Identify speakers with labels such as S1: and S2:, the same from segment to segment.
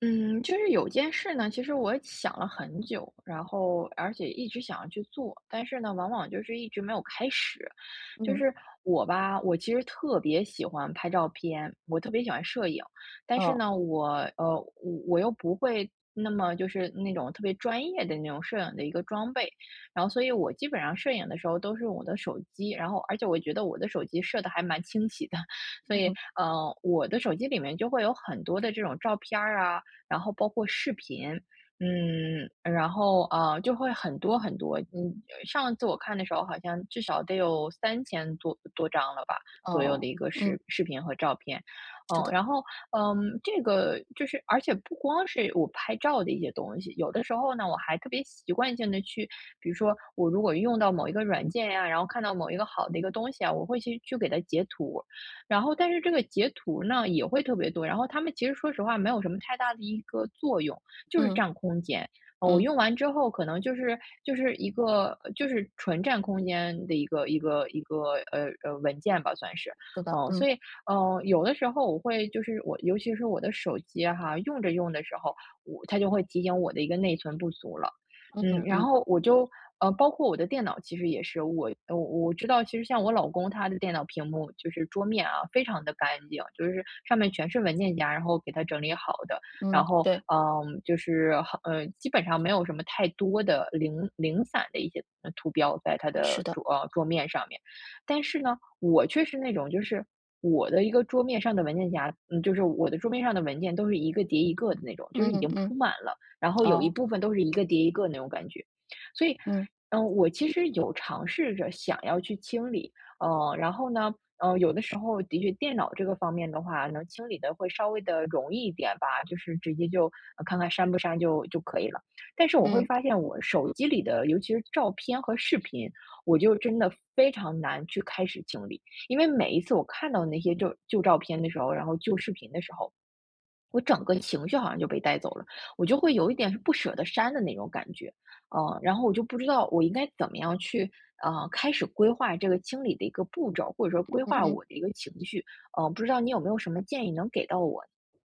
S1: 嗯，就是有件事呢，其实我想了很久，然后而且一直想要去做，但是呢，往往就是一直没有开始。就
S2: 嗯，
S1: 是我吧，我其实特别喜欢拍照片，我特别喜欢摄影，但是
S2: 哦，
S1: 呢，呃，我又不会那么就是那种特别专业的那种摄影的一个装备，然后所以我基本上摄影的时候都是用我的手机，然后而且我觉得我的手机摄的还蛮清晰的，所以
S2: 嗯，
S1: 我的手机里面就会有很多的这种照片儿啊。然后包括视频，然后就会很多很多。嗯，上次我看的时候，好像至少得有3000多张了吧，左右的
S2: 哦，
S1: 一个
S2: 嗯，
S1: 视频和照片。
S2: 是的，
S1: 然后这个就是，而且不光是我拍照的一些东西，有的时候呢，我还特别习惯性的去，比如说我如果用到某一个软件呀，然后看到某一个好的一个东西啊，我会去给它截图，然后但是这个截图呢也会特别多，然后他们其实说实话没有什么太大的一个作用，就是
S2: 嗯，
S1: 占空间。我
S2: 嗯，
S1: 用完之后可能就是一个就是纯占空间的一个，文件吧算是。
S2: 是的，嗯，
S1: 所以有的时候我会就是我尤其是我的手机哈，用着用的时候，我它就会提醒我的一个内存不足了。
S2: 嗯
S1: 然
S2: 嗯
S1: 后我就包括我的电脑其实也是，我知道，其实像我老公他的电脑屏幕就是桌面啊，非常的干净，就是上面全是文件夹，然后给他整理好的，然
S2: 嗯，
S1: 后
S2: 对，
S1: 就是好，基本上没有什么太多的零零散的一些图标在他
S2: 是
S1: 的
S2: 的，
S1: 桌面上面，但是呢，我却是那种就是我的一个桌面上的文件夹，就是我的桌面上的文件都是一个叠一个的那种，就是已
S2: 嗯
S1: 经
S2: 嗯，
S1: 铺满了。然后有一
S2: 哦，
S1: 部分都是一个叠一个那种感觉。所以，
S2: 嗯
S1: 我其实有尝试着想要去清理，然后呢，有的时候的确电脑这个方面的话，能清理的会稍微的容易一点吧，就是直接就看看删不删就可以了。但是我会
S2: 嗯
S1: 发现我手机里的，尤其是照片和视频，我就真的非常难去开始清理，因为每一次我看到那些旧照片的时候，然后旧视频的时候，我整个情绪好像就被带走了，我就会有一点是不舍得删的那种感觉，然后我就不知道我应该怎么样去，开始规划这个清理的一个步骤，或者说规
S2: 嗯
S1: 划
S2: 嗯。
S1: 我的一个情绪，不知道你有没有什么建议能给到我？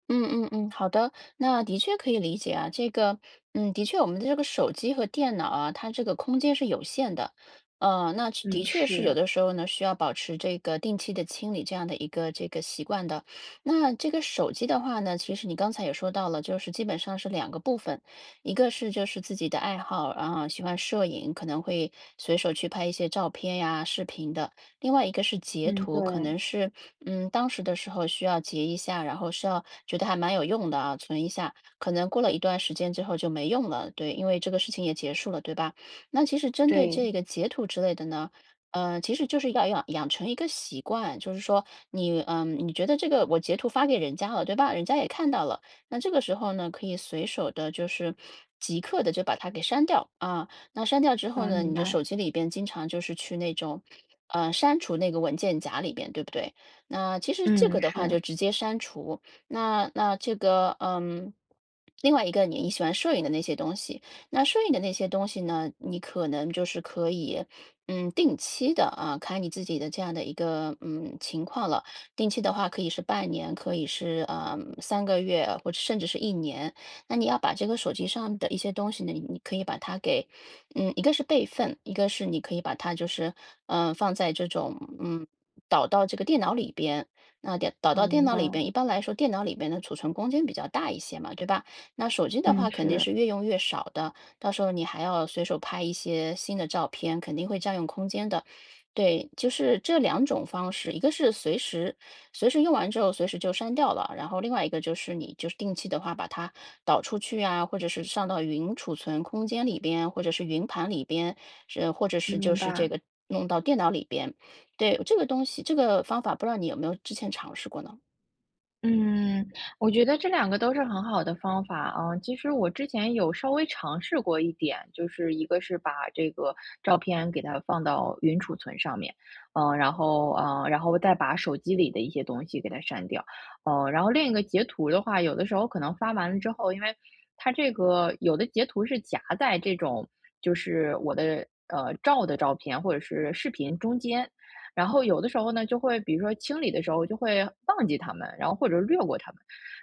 S2: 嗯嗯嗯，好的，那的确可以理解啊。这个，的确，我们的这个手机和电脑啊，它这个空间是有限的。那确的
S1: 嗯，
S2: 确是有
S1: 是，
S2: 的时候呢，需要保持这个定期的清理这样的一个这个习惯的。那这个手机的话呢，其实你刚才也说到了，就是基本上是两个部分。一个是就是自己的爱好，啊，喜欢摄影，可能会随手去拍一些照片呀、视频的；另外一个是截
S1: 嗯，对，
S2: 图，可能是当时的时候需要截一下，然后是要觉得还蛮有用的啊，存一下，可能过了一段时间之后就没用了，对，因为这个事情也结束了，对吧？那其实针对
S1: 对，
S2: 这个截图之类的呢，其实就是要养成一个习惯，就是说你觉得这个我截图发给人家了，对吧？人家也看到了，那这个时候呢，可以随手的，就是即刻的就把它给删掉啊。那删掉之后
S1: 啊，
S2: 呢，
S1: 明
S2: 你的
S1: 白，
S2: 手机里边经常就是去那种，删除那个文件夹里边，对不对？那其实这个
S1: 嗯，
S2: 的话
S1: 是，
S2: 就直接删除。那这个，另外一个你喜欢摄影的那些东西，那摄影的那些东西呢，你可能就是可以，定期的啊，看你自己的这样的一个情况了。定期的话，可以是半年，可以是3个月，或者甚至是一年。那你要把这个手机上的一些东西呢，你可以把它给，一个是备份，一个是你可以把它就是放在这种。导到这个电脑里边。那电导
S1: 啊，
S2: 到电
S1: 明
S2: 脑
S1: 白，
S2: 里边，一般来说电脑里边的储存空间比较大一些嘛，对吧？那手机的
S1: 嗯，
S2: 话肯定
S1: 是，
S2: 是越用越少的，到时候你还要随手拍一些新的照片，肯定会占用空间的。对，就是这两种方式，一个是随时用完之后随时就删掉了，然后另外一个就是你就是定期的话把它导出去啊，或者是上到云储存空间里边，或者是云盘里边，是或者
S1: 嗯
S2: 是就
S1: 明
S2: 是这
S1: 白。
S2: 个弄到电脑里边。对，这个东西这个方法不知道你有没有之前尝试过呢？
S1: 嗯，我觉得这两个都是很好的方法啊。其实我之前有稍微尝试过一点，就是一个是把这个照片给它放到云储存上面，然后再把手机里的一些东西给它删掉，然后另一个截图的话，有的时候可能发完了之后，因为它这个有的截图是夹在这种就是我的照的照片或者是视频中间，然后有的时候呢，就会比如说清理的时候就会忘记它们，然后或者略过它们，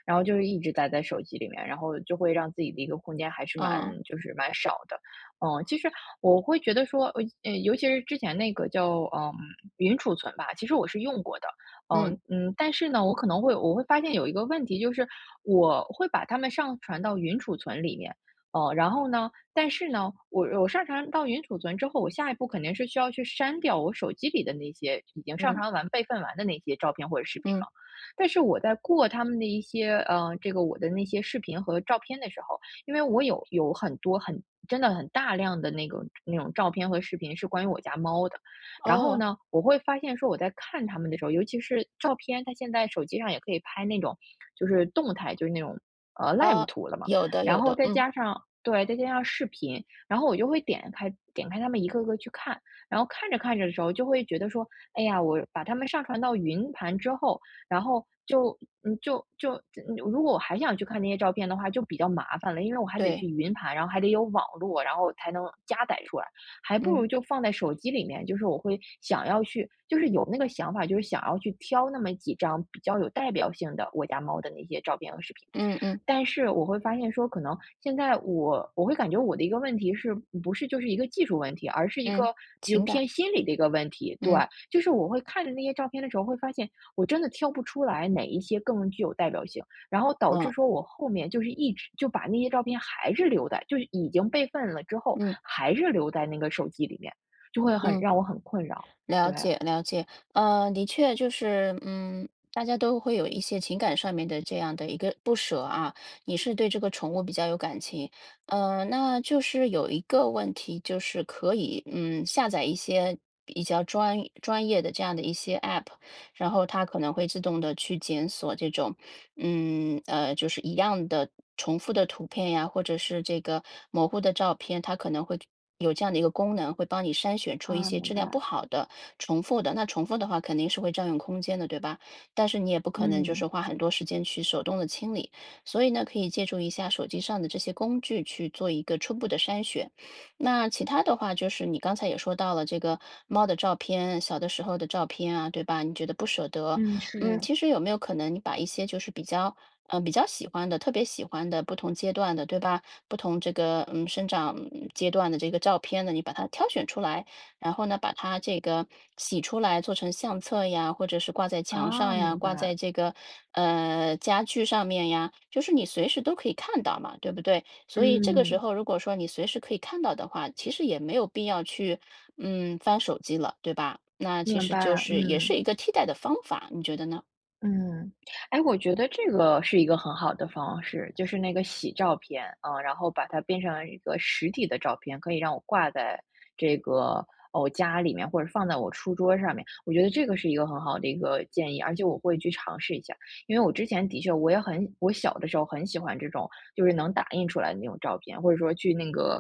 S1: 然后就是一直待在手机里面，然后就会让自己的一个空间还是蛮
S2: 啊，
S1: 就是蛮少的。其实我会觉得说，尤其是之前那个叫云储存吧，其实我是用过的。
S2: 嗯，
S1: 嗯嗯，但是呢，我会发现有一个问题，就是我会把它们上传到云储存里面。哦，然后呢，但是呢，我我上传到云储存之后，我下一步肯定是需要去删掉我手机里的那些已经上
S2: 嗯，
S1: 传完、备份完的那些照片或者视频
S2: 嗯，
S1: 嘛。但是我在过他们的一些，这个我的那些视频和照片的时候，因为我有很多真的很大量的那种照片和视频是关于我家猫的。然后
S2: 哦，
S1: 呢，我会发现说我在看他们的时候，尤其是照片，它现在手机上也可以拍那种就是动态，就是那种，live
S2: 呃，
S1: 图了嘛。
S2: 有的
S1: 然
S2: 有
S1: 后
S2: 的，
S1: 再
S2: 嗯，
S1: 加上对，再加上视频，然后我就会点开他们一个个去看，然后看着看着的时候就会觉得说，哎呀，我把它们上传到云盘之后，然后就嗯，就就如果我还想去看那些照片的话，就比较麻烦了，因为我还得去
S2: 对，
S1: 云盘，然后还得有网络，然后才能加载出来，还不
S2: 嗯，
S1: 如就放在手机里面。就是我会想要去，就是有那个想法，就是想要去挑那么几张比较有代表性的我家猫的那些照片和视频。
S2: 嗯嗯
S1: 但是我会发现说，可能现在我会感觉我的一个问题是不是就是一个技术问题，而是一
S2: 嗯，
S1: 个就
S2: 情感，
S1: 偏心理的一个问题。对，
S2: 嗯，
S1: 就是我会看着那些照片的时候，会发现我真的挑不出来哪一些更具有代表性，然后导致
S2: 嗯
S1: 说我后面就是一直就把那些照片还是留在，就是已经备份了之后，
S2: 嗯
S1: 还是留在那个手机里面，就会很
S2: 嗯，
S1: 让我很困扰。
S2: 了
S1: 对，
S2: 解了解。的确就是，大家都会有一些情感上面的这样的一个不舍啊，你是对这个宠物比较有感情。那就是有一个问题，就是可以，下载一些比较专业的这样的一些 App。然后它可能会自动的去检索这种，就是一样的重复的图片呀，或者是这个模糊的照片，它可能会有这样的一个功能，会帮你筛选出一
S1: 啊，
S2: 些
S1: 明
S2: 质量不
S1: 白，
S2: 好的、重复的。那重复的话肯定是会占用空间的，对吧？但是你也不可能就是
S1: 嗯
S2: 花很多时间去手动的清理，所以呢，可以借助一下手机上的这些工具去做一个初步的筛选。那其他的话，就是你刚才也说到了这个猫的照片，小的时候的照片啊，对吧？你觉得不舍得，
S1: 嗯，是，
S2: 其实有没有可能你把一些就是比较，比较喜欢的、特别喜欢的不同阶段的，对吧？不同这个生长阶段的这个照片呢，你把它挑选出来，然后呢，把它这个洗出来做成相册呀，或者是挂在墙上
S1: 哦，
S2: 呀，
S1: 明
S2: 挂在
S1: 白，
S2: 这个家具上面呀，就是你随时都可以看到嘛，对不对？所以这个时
S1: 嗯，
S2: 候，如果说你随时可以看到的话，其实也没有必要去，翻手机了，对吧？那其
S1: 明
S2: 实就
S1: 白，
S2: 是也是
S1: 嗯。
S2: 一个替代的方法，你觉得呢？
S1: 嗯，哎，我觉得这个是一个很好的方式，就是那个洗照片，啊，然后把它变成一个实体的照片，可以让我挂在这个我家里面，或者放在我书桌上面。我觉得这个是一个很好的一个建议，而且我会去尝试一下，因为我之前的确我也很，我小的时候很喜欢这种，就是能打印出来的那种照片，或者说去那个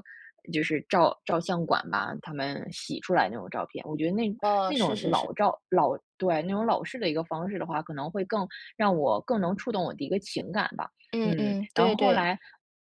S1: 就是照照相馆吧，他们洗出来那种照片，我觉得那
S2: 哦，
S1: 那
S2: 是
S1: 种
S2: 是是。
S1: 老照老对，那种老式的一个方式的话，可能会更让我更能触动我的一个情感吧。
S2: 嗯嗯，
S1: 然
S2: 对
S1: 后后
S2: 对，
S1: 来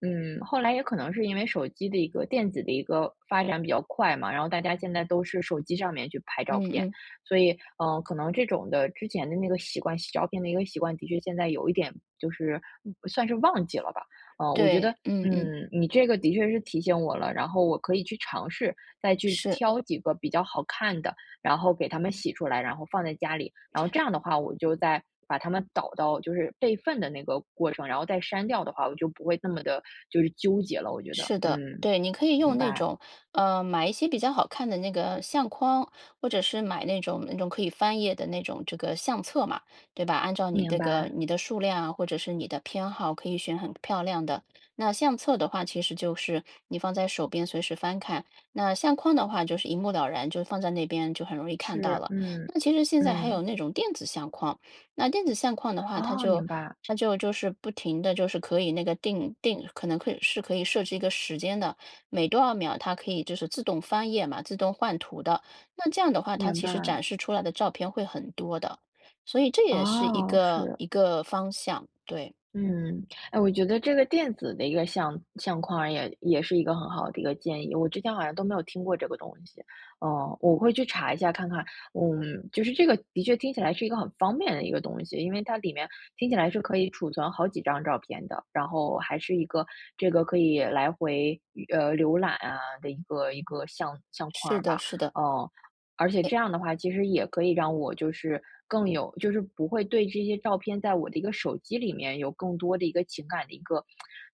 S1: 嗯，后来也可能是因为手机的一个电子的一个发展比较快嘛，然后大家现在都是手机上面去拍
S2: 嗯
S1: 照片，
S2: 嗯，
S1: 所以可能这种的之前的那个习惯，洗照片的一个习惯，的确现在有一点就是算是忘记了吧。我觉
S2: 对，
S1: 得，
S2: 嗯嗯，
S1: 你这个的确是提醒我了，然后我可以去尝试再去
S2: 是。
S1: 挑几个比较好看的，然后给它们洗出来，然后放在家里。然后这样的话，我就再把它们导到就是备份的那个过程，然后再删掉的话，我就不会那么的就是纠结了，我觉得。
S2: 是的，
S1: 嗯，
S2: 对，你可以
S1: 明
S2: 用那
S1: 白，
S2: 种，买一些比较好看的那个相框，或者是买那种可以翻页的那种这个相册嘛，对吧？按照你
S1: 明
S2: 这个
S1: 白，
S2: 你的数量啊，或者是你的偏好，可以选很漂亮的。那相册的话，其实就是你放在手边随时翻看；那相框的话，就是一目了然，就放在那边就很容易看
S1: 是，
S2: 到了。
S1: 嗯，
S2: 那其实现在还有
S1: 嗯，
S2: 那种电子相框。那电子相框的话，它
S1: 哦，
S2: 就
S1: 明白，
S2: 它就就是不停的就是可以那个可能可以设置一个时间的，每多少秒它可以就是自动翻页嘛，自动换图的。那这样的话，它
S1: 明
S2: 其实
S1: 白，
S2: 展示出来的照片会很多的，所以这也是一
S1: 哦，
S2: 个
S1: 是。
S2: 一个方向。对，
S1: 嗯，哎，我觉得这个电子的一个相框也是一个很好的一个建议，我之前好像都没有听过这个东西，我会去查一下看看，就是这个的确听起来是一个很方便的一个东西，因为它里面听起来是可以储存好几张照片的，然后还是一个这个可以来回浏览啊的一个相相
S2: 是
S1: 框吧，
S2: 的，是的，
S1: 嗯。而且
S2: 诶，
S1: 这样的话，其实也可以让我就是更有，就是不会对这些照片在我的一个手机里面有更多的一个情感的一个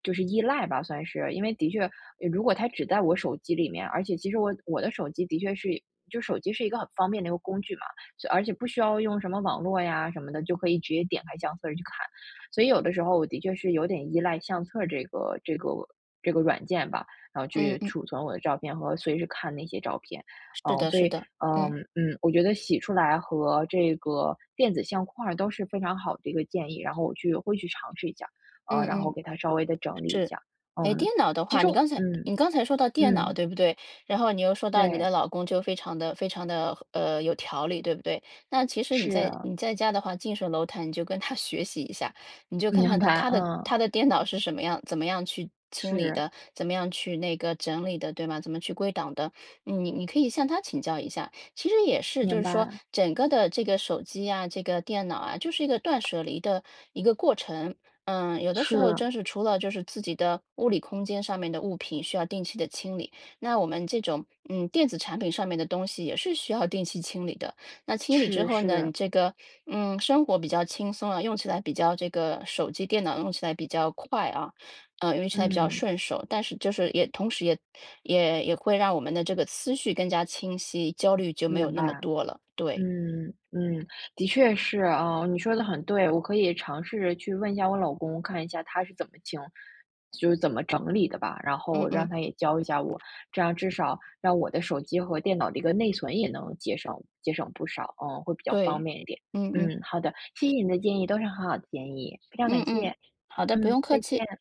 S1: 就是依赖吧，算是。因为的确，如果它只在我手机里面，而且其实我的手机的确是，就手机是一个很方便的一个工具嘛，所以而且不需要用什么网络呀什么的，就可以直接点开相册去看。所以有的时候我的确是有点依赖相册这个软件吧，然后
S2: 嗯
S1: 去
S2: 嗯，
S1: 储存我的照片和随时看那些照片。
S2: 是的，
S1: 所
S2: 是
S1: 以
S2: 的，嗯，
S1: 我觉得洗出来和这个电子相框儿都是非常好的一个建议，然后我去会去尝试一下，
S2: 嗯
S1: 然后
S2: 嗯。
S1: 给它稍微的整理一下。
S2: 哎，
S1: 嗯，
S2: 电脑的
S1: 其
S2: 话，
S1: 实
S2: 你
S1: 我
S2: 刚才
S1: 嗯
S2: 你刚才说到电脑，
S1: 嗯，
S2: 对不对？然后你又说到你的
S1: 对，
S2: 老公就非常的非常的有条理，对不对？那其实你
S1: 是，
S2: 在你在家的话，近水楼台，你就跟他 学习一下，你就看看
S1: 明
S2: 他
S1: 白，
S2: 他的
S1: 嗯，
S2: 他的电脑是什么样怎么样去清理
S1: 是，
S2: 的，怎么样去那个整理的，对吗？怎么去归档的，你可以向他请教一下。其实也是，就
S1: 明
S2: 是说
S1: 白，
S2: 整个的这个手机啊，这个电脑啊，就是一个断舍离的一个过程。嗯，有的时候
S1: 是
S2: 真是除了就是自己的物理空间上面的物品需要定期的清理，那我们这种电子产品上面的东西也是需要定期清理的。那清理之
S1: 是
S2: 后呢，你
S1: 是，
S2: 这个生活比较轻松啊，用起来比较这个手机、电脑用起来比较快啊，用起来比较
S1: 嗯，
S2: 顺手，但是就是也同时也会让我们的这个思绪更加清晰，焦虑就没有
S1: 明
S2: 那么
S1: 白。
S2: 多了。对，
S1: 嗯嗯，的确是啊，你说的很对，我可以尝试着去问一下我老公，看一下他是怎么清，就是怎么整理的吧，然
S2: 嗯
S1: 后让
S2: 嗯，
S1: 他也教一下我，这样至少让我的手机和电脑的一个内存也能节省节省不少，嗯，会比较方
S2: 对，
S1: 便一点。
S2: 嗯嗯
S1: 好的，谢谢你的建议，都是很好的建议，非常
S2: 嗯
S1: 感
S2: 嗯，
S1: 谢。
S2: 好的，不用客
S1: 再
S2: 气。
S1: 见。